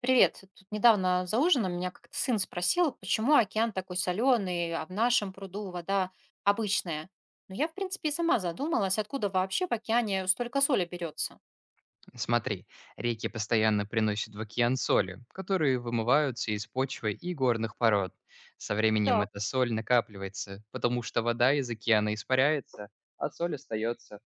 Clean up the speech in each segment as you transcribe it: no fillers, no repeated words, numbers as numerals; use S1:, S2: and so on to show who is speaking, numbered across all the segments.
S1: Привет. Тут недавно за ужином меня как-то сын спросил, почему океан такой соленый, а в нашем пруду вода обычная. Но я, в принципе, и сама задумалась, откуда вообще в океане столько соли берется.
S2: Смотри, реки постоянно приносят в океан соли, которые вымываются из почвы и горных пород. Со временем
S1: Так.
S2: эта соль накапливается, потому что вода из океана испаряется, а соль остается.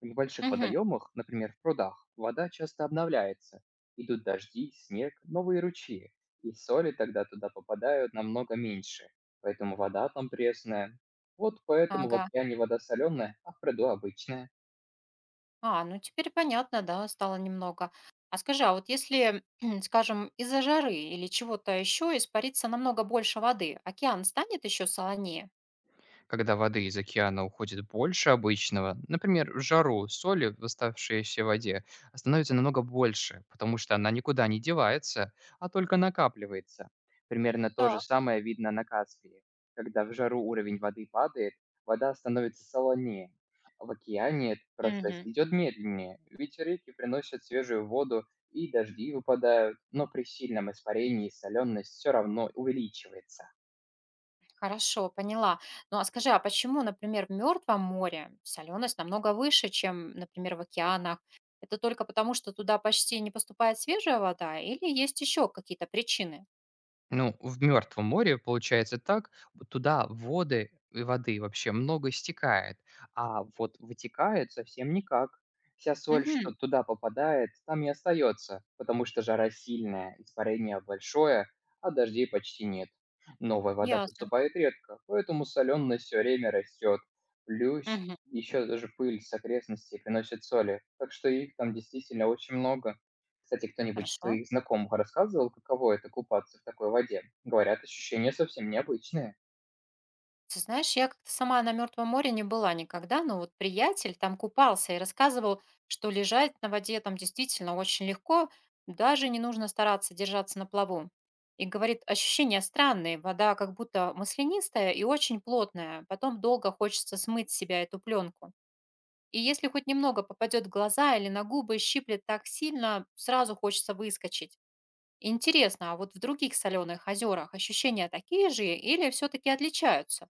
S2: В небольших
S1: Угу.
S2: водоемах, например, в прудах, вода часто обновляется. Идут дожди, снег, новые ручьи, и соли тогда туда попадают намного меньше, поэтому вода там пресная. Вот поэтому в
S1: Ага.
S2: океане вода соленая, а в пруду обычная.
S1: А, ну теперь понятно, да, стало немного. А скажи, а вот если, скажем, из-за жары или чего-то еще испарится намного больше воды, океан станет еще солонее?
S2: Когда воды из океана уходит больше обычного, например, в жару, соли в оставшейся воде становится намного больше, потому что она никуда не девается, а только накапливается. Примерно то же
S1: Так.
S2: самое видно на Каспии. Когда в жару уровень воды падает, вода становится солонее. В океане этот процесс
S1: Мгм.
S2: идет медленнее, ведь реки приносят свежую воду и дожди выпадают, но при сильном испарении соленость все равно увеличивается.
S1: Хорошо, поняла. Ну а скажи, а почему, например, в Мертвом море соленость намного выше, чем, например, в океанах? Это только потому, что туда почти не поступает свежая вода, или есть еще какие-то причины?
S2: Ну, в Мертвом море получается так, б туда воды и воды вообще много стекает, а вот вытекает совсем никак. Вся соль, что
S1: Угу,
S2: туда попадает, там и остается, потому что жара сильная, испарение большое, а дождей почти нет. Новая вода
S1: ясно.
S2: поступает редко, поэтому соленость все время растет. Плюс
S1: Угу,
S2: еще даже пыль с окрестностей приносит соли, так что их там действительно очень много. Кстати, кто-нибудь из
S1: хорошо.
S2: твоих знакомых рассказывал, каково это купаться в такой воде? Говорят, ощущения совсем необычные.
S1: Ты знаешь, я как-то сама на Мертвом море не была никогда, но вот приятель там купался и рассказывал, что лежать на воде там действительно очень легко, даже не нужно стараться держаться на плаву. И говорит, ощущения странные, вода как будто маслянистая и очень плотная, потом долго хочется смыть с себя эту пленку. И если хоть немного попадет в глаза или на губы, щиплет так сильно, сразу хочется выскочить. Интересно, а вот в других соленых озерах ощущения такие же или все-таки отличаются?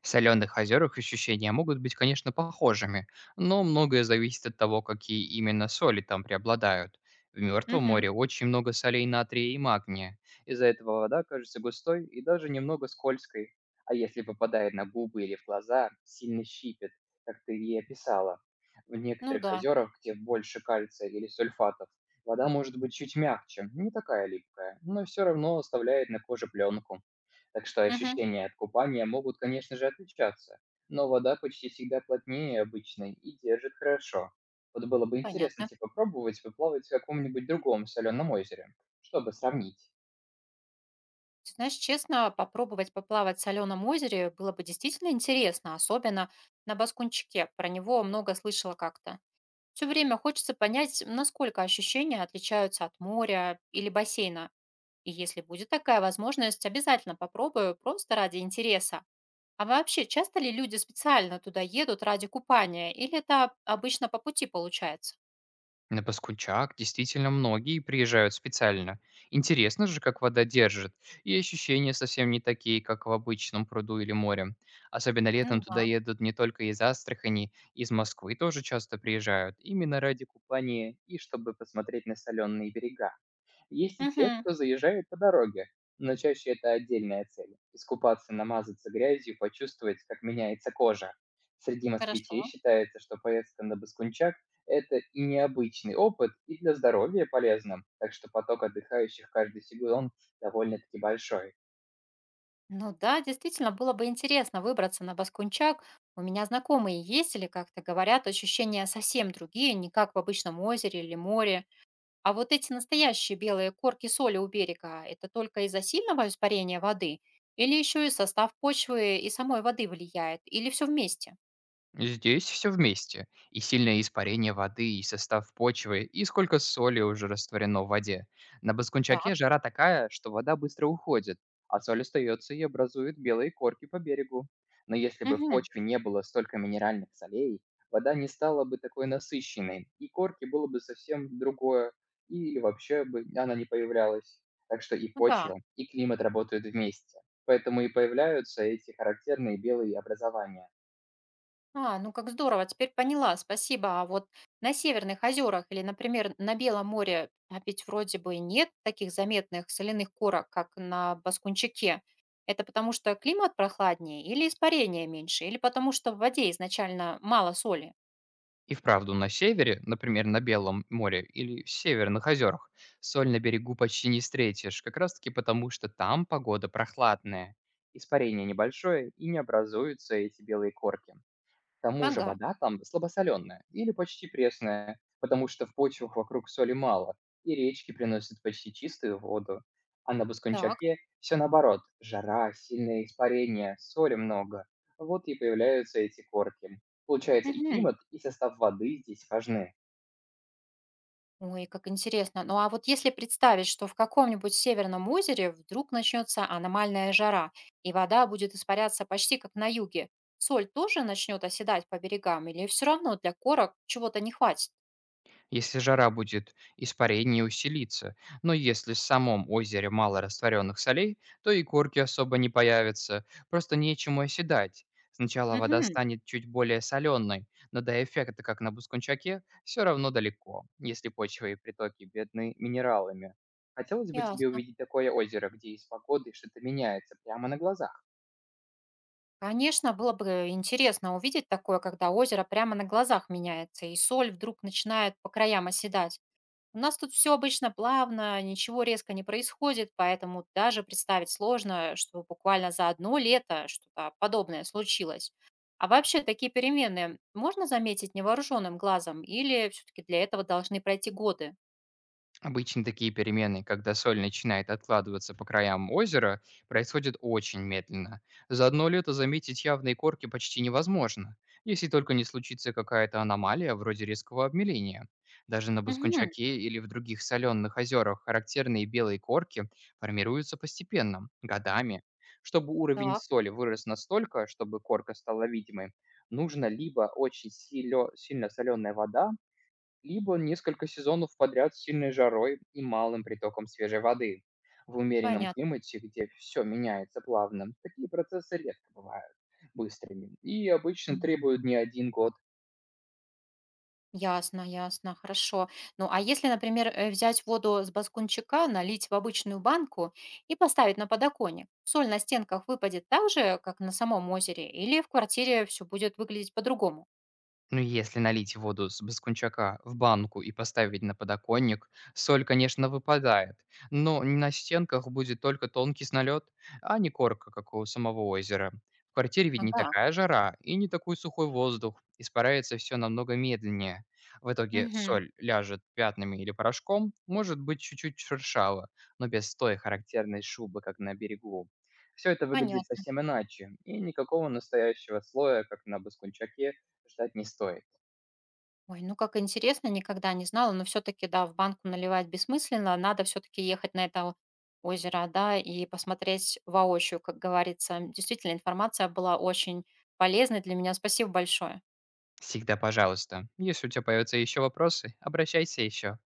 S2: В соленых озерах ощущения могут быть, конечно, похожими, но многое зависит от того, какие именно соли там преобладают. В Мертвом
S1: Мгм.
S2: море очень много солей натрия и магния. Из-за этого вода кажется густой и даже немного скользкой. А если попадает на губы или в глаза, сильно щипет, как ты и описала. В
S1: Ну
S2: некоторых
S1: да.
S2: озерах, где больше кальция или сульфатов, вода может быть чуть мягче, не такая липкая, но все равно оставляет на коже пленку. Так что
S1: Мгм.
S2: ощущения от купания могут, конечно же, отличаться, но вода почти всегда плотнее обычной и держит хорошо. Вот было бы интересно
S1: Понятно.
S2: тебе попробовать поплавать в каком-нибудь другом соленом озере, чтобы сравнить.
S1: Ты знаешь, честно, попробовать поплавать в соленом озере было бы действительно интересно, особенно на Баскунчике. Про него много слышала как-то. Все время хочется понять, насколько ощущения отличаются от моря или бассейна. И если будет такая возможность, обязательно попробую, просто ради интереса. А вообще, часто ли люди специально туда едут ради купания, или это обычно по пути получается?
S2: На Паскучак действительно многие приезжают специально. Интересно же, как вода держит. И ощущения совсем не такие, как в обычном пруду или море. Особенно
S1: Ну
S2: летом
S1: да.
S2: туда едут не только из Астрахани, из Москвы тоже часто приезжают. Именно ради купания и чтобы посмотреть на соленые берега. Есть и те,
S1: Мгм.
S2: кто заезжает по дороге, но чаще это отдельная цель — искупаться, намазаться грязью, почувствовать, как меняется кожа. Среди
S1: Хорошо.
S2: москвичей считается, что поездка на Баскунчак — это и необычный опыт, и для здоровья полезным, так что поток отдыхающих каждый сезон довольно-таки большой.
S1: Ну да, действительно, было бы интересно выбраться на Баскунчак. У меня знакомые ездили, как-то говорят, ощущения совсем другие, не как в обычном озере или море. А вот эти настоящие белые корки соли у берега, это только из-за сильного испарения воды? Или еще и состав почвы и самой воды влияет? Или все вместе?
S2: Здесь все вместе. И сильное испарение воды, и состав почвы, и сколько соли уже растворено в воде. На
S1: Так.
S2: Баскунчаке жара такая, что вода быстро уходит, а соль остается и образует белые корки по берегу. Но если бы в
S1: Угу.
S2: почве не было столько минеральных солей, вода не стала бы такой насыщенной, и корки было бы совсем другое, и вообще бы она не появлялась. Так что и
S1: Ну да.
S2: почва, и климат работают вместе. Поэтому и появляются эти характерные белые образования.
S1: А, ну как здорово, теперь поняла, спасибо. А вот на Северных озерах или, например, на Белом море, а ведь вроде бы нет таких заметных соляных корок, как на Баскунчике. Это потому что климат прохладнее или испарения меньше, или потому что в воде изначально мало соли?
S2: И вправду, на севере, например, на Белом море или северных озерах, соль на берегу почти не встретишь, как раз-таки потому, что там погода прохладная, испарение небольшое и не образуются эти белые корки. К тому же
S1: Ага,
S2: вода там слабосоленая или почти пресная, потому что в почвах вокруг соли мало, и речки приносят почти чистую воду. А на
S1: так.
S2: Баскунчаке все наоборот. Жара, сильное испарение, соли много. Вот и появляются эти корки. Получается, и
S1: Мгм.
S2: климат, и состав воды здесь важны.
S1: Ой, как интересно. Ну а вот если представить, что в каком-нибудь северном озере вдруг начнется аномальная жара, и вода будет испаряться почти как на юге, соль тоже начнет оседать по берегам, или все равно для корок чего-то не хватит?
S2: Если жара будет, испарение усилится. Но если в самом озере мало растворенных солей, то и корки особо не появятся, просто нечему оседать. Сначала вода
S1: Угу,
S2: станет чуть более соленой, но до эффекта, как на Бускунчаке, все равно далеко, если почва и притоки бедны минералами. Хотелось бы тебе
S1: ясно.
S2: увидеть такое озеро, где из с погодой что-то меняется прямо на глазах.
S1: Конечно, было бы интересно увидеть такое, когда озеро прямо на глазах меняется, и соль вдруг начинает по краям оседать. У нас тут все обычно плавно, ничего резко не происходит, поэтому даже представить сложно, что буквально за одно лето что-то подобное случилось. А вообще такие перемены можно заметить невооруженным глазом или все-таки для этого должны пройти годы?
S2: Обычно такие перемены, когда соль начинает откладываться по краям озера, происходят очень медленно. За одно лето заметить явные корки почти невозможно, если только не случится какая-то аномалия вроде резкого обмеления. Даже на
S1: Угу,
S2: Баскунчаке или в других соленых озерах характерные белые корки формируются постепенно, годами. Чтобы уровень
S1: так,
S2: соли вырос настолько, чтобы корка стала видимой, нужно либо очень сильно соленая вода, либо несколько сезонов подряд с сильной жарой и малым притоком свежей воды. В умеренном
S1: понятно.
S2: климате, где все меняется плавно, такие процессы редко бывают быстрыми и обычно требуют не один год.
S1: Ясно, ясно, хорошо. Ну, а если, например, взять воду с баскунчика, налить в обычную банку и поставить на подоконник, соль на стенках выпадет так же, как на самом озере, или в квартире все будет выглядеть по-другому?
S2: Ну, если налить воду с баскунчака в банку и поставить на подоконник, соль, конечно, выпадает, но на стенках будет только тонкий налет, а не корка, как у самого озера. В квартире ведь не
S1: Ага,
S2: такая жара и не такой сухой воздух, испаряется все намного медленнее. В итоге
S1: мгм,
S2: соль ляжет пятнами или порошком, может быть чуть-чуть шершава, но без той характерной шубы, как на берегу. Все это выглядит
S1: понятно.
S2: совсем иначе, и никакого настоящего слоя, как на баскунчаке, ждать не стоит.
S1: Ой, ну как интересно, никогда не знала, но все-таки, да, в банку наливать бессмысленно, надо все-таки ехать на это озеро, да, и посмотреть воочию, как говорится. Действительно, информация была очень полезной для меня. Спасибо большое.
S2: Всегда пожалуйста. Если у тебя появятся еще вопросы, обращайся еще.